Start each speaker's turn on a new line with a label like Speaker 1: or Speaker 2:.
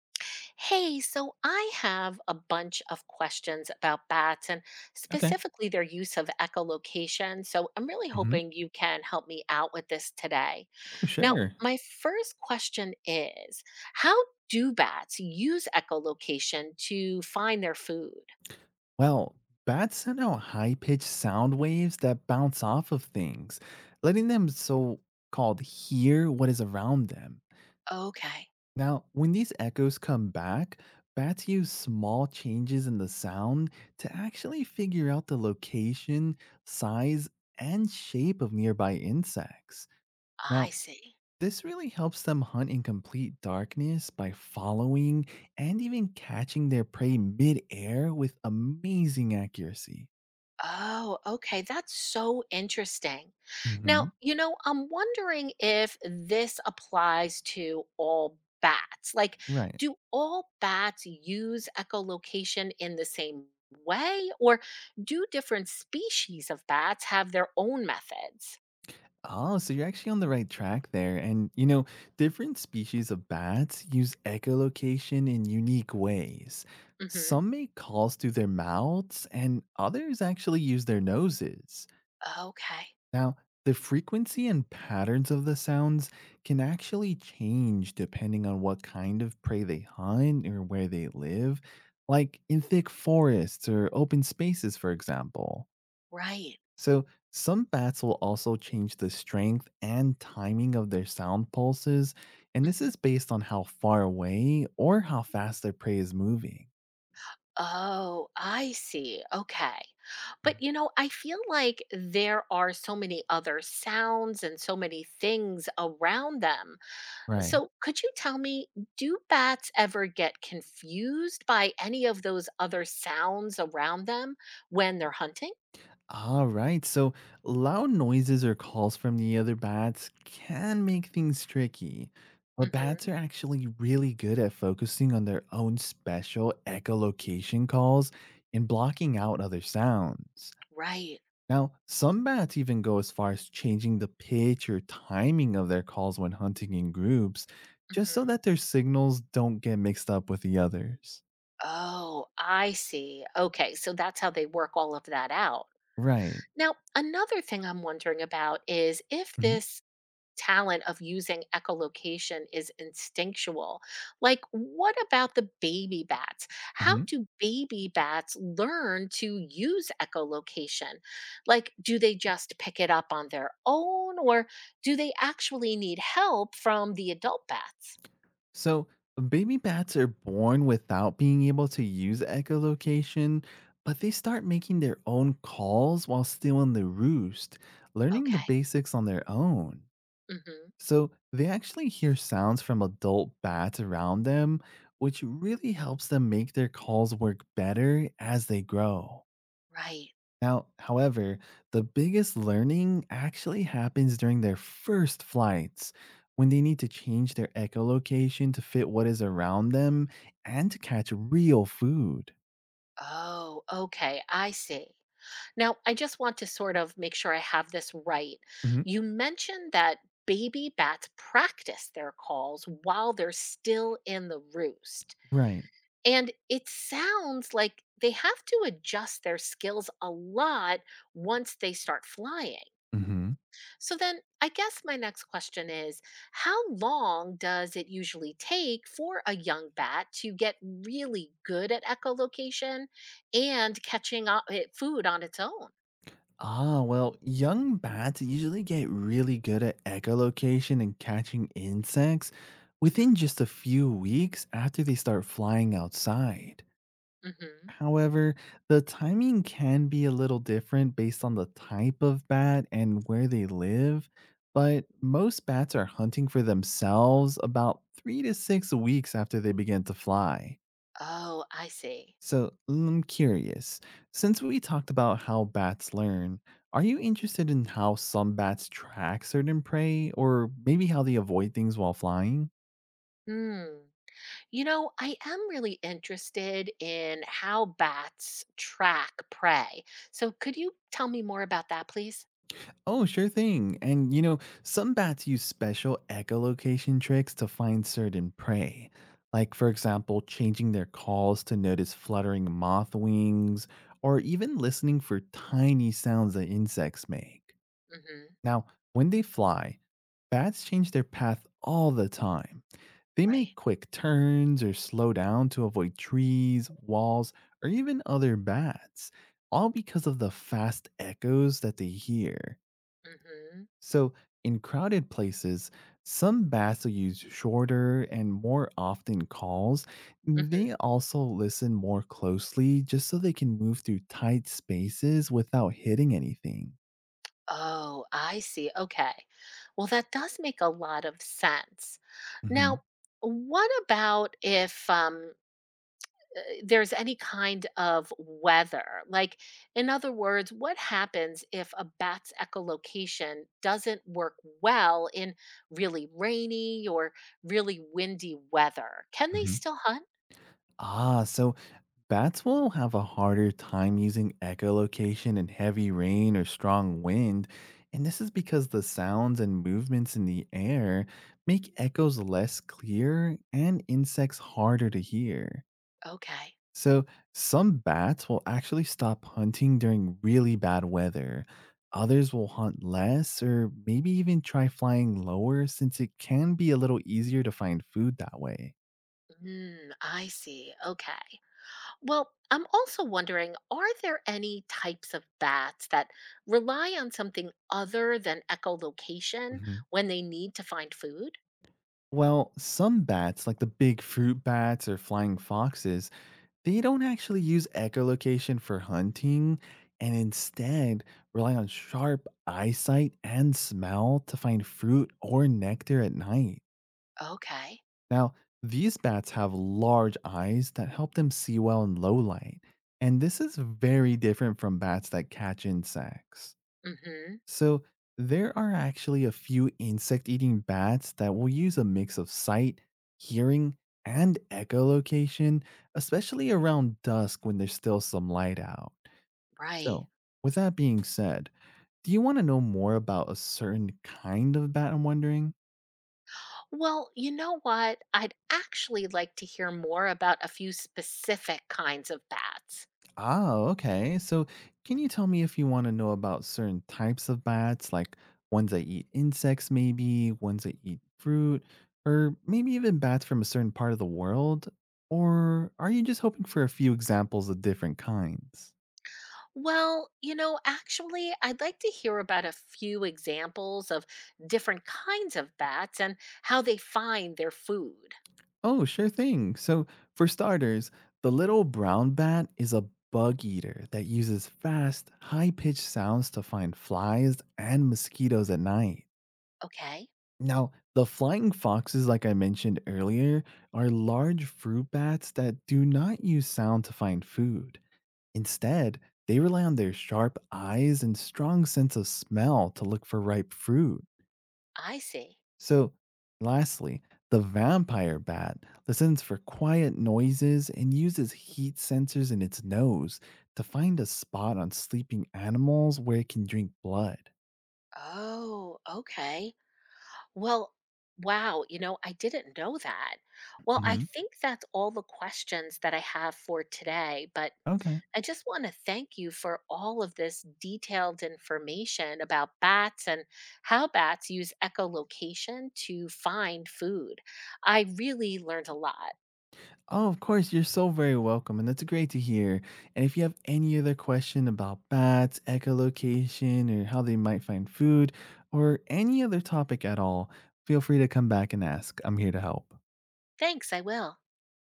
Speaker 1: Hey, so I have a bunch of questions about bats and
Speaker 2: Okay.
Speaker 1: specifically their use of echolocation. So I'm really
Speaker 2: Mhm.
Speaker 1: hoping you can help me out with this today.
Speaker 2: Oh,
Speaker 1: Now,
Speaker 2: sure.
Speaker 1: my first question is, how do bats use echolocation to find their food?
Speaker 2: Well, bats send out high pitched sound waves that bounce off of things, letting them so called hear what is around them.
Speaker 1: Okay,
Speaker 2: Now, when these echoes come back, bats use small changes in the sound to actually figure out the location, size, and shape of nearby insects.
Speaker 1: I
Speaker 2: Now,
Speaker 1: see.
Speaker 2: this really helps them hunt in complete darkness by following and even catching their prey midair with amazing accuracy.
Speaker 1: Oh, okay. That's so interesting. Now,
Speaker 2: hmm
Speaker 1: I'm wondering if this applies to all bats. Like,
Speaker 2: Right.
Speaker 1: do all bats use echolocation in the same way, or do different species of bats have their own methods?
Speaker 2: Oh, so you're actually on the right track there. And, you know, different species of bats use echolocation in unique ways.
Speaker 1: Hmm.
Speaker 2: Some make calls through their mouths, and others actually use their noses.
Speaker 1: Okay,
Speaker 2: Now, the frequency and patterns of the sounds can actually change depending on what kind of prey they hunt or where they live, like in thick forests or open spaces, for example.
Speaker 1: right.
Speaker 2: So, some bats will also change the strength and timing of their sound pulses, and this is
Speaker 1: Hmm.
Speaker 2: based on how far away or how fast their prey is moving.
Speaker 1: Oh, I see. Okay. But
Speaker 2: Mhm.
Speaker 1: I feel like there are so many other sounds and so many things around them.
Speaker 2: Right.
Speaker 1: So, could you tell me, do bats ever get confused by any of those other sounds around them when they're hunting?
Speaker 2: All right. So loud noises or calls from the other bats can make things tricky. But bats
Speaker 1: Mhm.
Speaker 2: are actually really good at focusing on their own special echolocation calls and blocking out other sounds.
Speaker 1: Right.
Speaker 2: Now, some bats even go as far as changing the pitch or timing of their calls when hunting in groups, just so
Speaker 1: Mhm.
Speaker 2: that their signals don't get mixed up with the others.
Speaker 1: Oh, I see. Okay. So that's how they work all of that out.
Speaker 2: Right.
Speaker 1: Now, another thing I'm wondering about is if this talent of using echolocation is instinctual. Like, what about the baby bats? How
Speaker 2: Mhm.
Speaker 1: do baby bats learn to use echolocation? Like, do they just pick it up on their own, or do they actually need help from the adult bats?
Speaker 2: So, baby bats are born without being able to use echolocation, but they start making their own calls while still in the roost, learning
Speaker 1: Okay.
Speaker 2: the basics on their own.
Speaker 1: Hmm.
Speaker 2: So, they actually hear sounds from adult bats around them, which really helps them make their calls work better as they grow.
Speaker 1: Right.
Speaker 2: Now, however, the biggest learning actually happens during their first flights when they need to change their echolocation to fit what is around them and to catch real food.
Speaker 1: Oh, okay. I see. Now, I just want to sort of make sure I have this right.
Speaker 2: hmm
Speaker 1: You mentioned that baby bats practice their calls while they're still in the roost.
Speaker 2: Right.
Speaker 1: And it sounds like they have to adjust their skills a lot once they start flying.
Speaker 2: hmm
Speaker 1: So, then I guess my next question is, how long does it usually take for a young bat to get really good at echolocation and catching food on its own?
Speaker 2: Ah, well, young bats usually get really good at echolocation and catching insects within
Speaker 1: Mhm.
Speaker 2: just a few weeks after they start flying outside.
Speaker 1: Hmm.
Speaker 2: However, the timing can be a little different based on the type of bat and where they live, but most bats are hunting for themselves about 3 to 6 weeks after they begin to fly.
Speaker 1: Oh, I see.
Speaker 2: So I'm curious, since we talked about how bats learn, are you interested in how some bats track certain prey or maybe how they avoid things while flying?
Speaker 1: Hmm. I am really interested in how bats track prey. So could you tell me more about that, please?
Speaker 2: Oh, sure thing. And you know, some bats use special echolocation tricks to find certain prey. Like, for example, changing their calls to notice fluttering moth wings, or even listening for tiny sounds that insects make.
Speaker 1: Hmm.
Speaker 2: Now, when they fly, bats change their path all the time. They
Speaker 1: Right.
Speaker 2: make quick turns or slow down to avoid trees, walls, or even other bats, all because of the fast echoes that they hear.
Speaker 1: Hmm.
Speaker 2: So, in crowded places, some bats will use shorter and more often calls.
Speaker 1: Hmm.
Speaker 2: They also listen more closely just so they can move through tight spaces without hitting anything.
Speaker 1: Oh, I see. Okay. Well, that does make a lot of sense.
Speaker 2: hmm
Speaker 1: Now, what about if there's any kind of weather. Like, in other words, what happens if a bat's echolocation doesn't work well in really rainy or really windy weather? Can they
Speaker 2: hmm
Speaker 1: still hunt?
Speaker 2: Ah, so bats will have a harder time using echolocation in heavy rain or strong wind. And this is because the sounds and movements in the air make echoes less clear and insects harder to hear.
Speaker 1: Okay.
Speaker 2: So, some bats will actually stop hunting during really bad weather. Others will hunt less or maybe even try flying lower since it can be a little easier to find food that way.
Speaker 1: Mm, I see. Okay. Well, I'm also wondering, are there any types of bats that rely on something other than echolocation
Speaker 2: hmm
Speaker 1: when they need to find food?
Speaker 2: Well, some bats, like the big fruit bats or flying foxes, they don't actually use echolocation for hunting and instead rely on sharp eyesight and smell to find fruit or nectar at night.
Speaker 1: Okay.
Speaker 2: Now, these bats have large eyes that help them see well in low light, and this is very different from bats that catch insects.
Speaker 1: Mhm.
Speaker 2: So, there are actually a few insect eating bats that will use a mix of sight, hearing, and echolocation, especially around dusk when there's still some light out.
Speaker 1: Right.
Speaker 2: So, with that being said, do you want to know more about a certain kind of bat? I'm wondering.
Speaker 1: Well, you know what? I'd actually like to hear more about a few specific kinds of bats.
Speaker 2: Oh, okay. So, can you tell me if you want to know about certain types of bats, like ones that eat insects, maybe ones that eat fruit, or maybe even bats from a certain part of the world? Or are you just hoping for a few examples of different kinds?
Speaker 1: Well, actually, I'd like to hear about a few examples of different kinds of bats and how they find their food.
Speaker 2: Oh, sure thing. So, for starters, the little brown bat is a bug eater that uses fast, high pitched sounds to find flies and mosquitoes at night.
Speaker 1: Okay,
Speaker 2: Now, the flying foxes, like I mentioned earlier, are large fruit bats that do not use sound to find food. Instead, they rely on their sharp eyes and strong sense of smell to look for ripe fruit.
Speaker 1: I see.
Speaker 2: So, lastly, the vampire bat listens for quiet noises and uses heat sensors in its nose to find a spot on sleeping animals where it can drink blood.
Speaker 1: Oh, okay. Well, wow, I didn't know that. Well, I
Speaker 2: Mhm.
Speaker 1: think that's all the questions that I have for today, but
Speaker 2: Okay.
Speaker 1: I just want to thank you for all of this detailed information about bats and how bats use echolocation to find food. I really learned a lot.
Speaker 2: Oh, of course, you're so very welcome, and that's great to hear. And if you have any other question about bats, echolocation, or how they might find food, or any other topic at all, feel free to come back and ask. I'm here to help.
Speaker 1: Thanks, I will.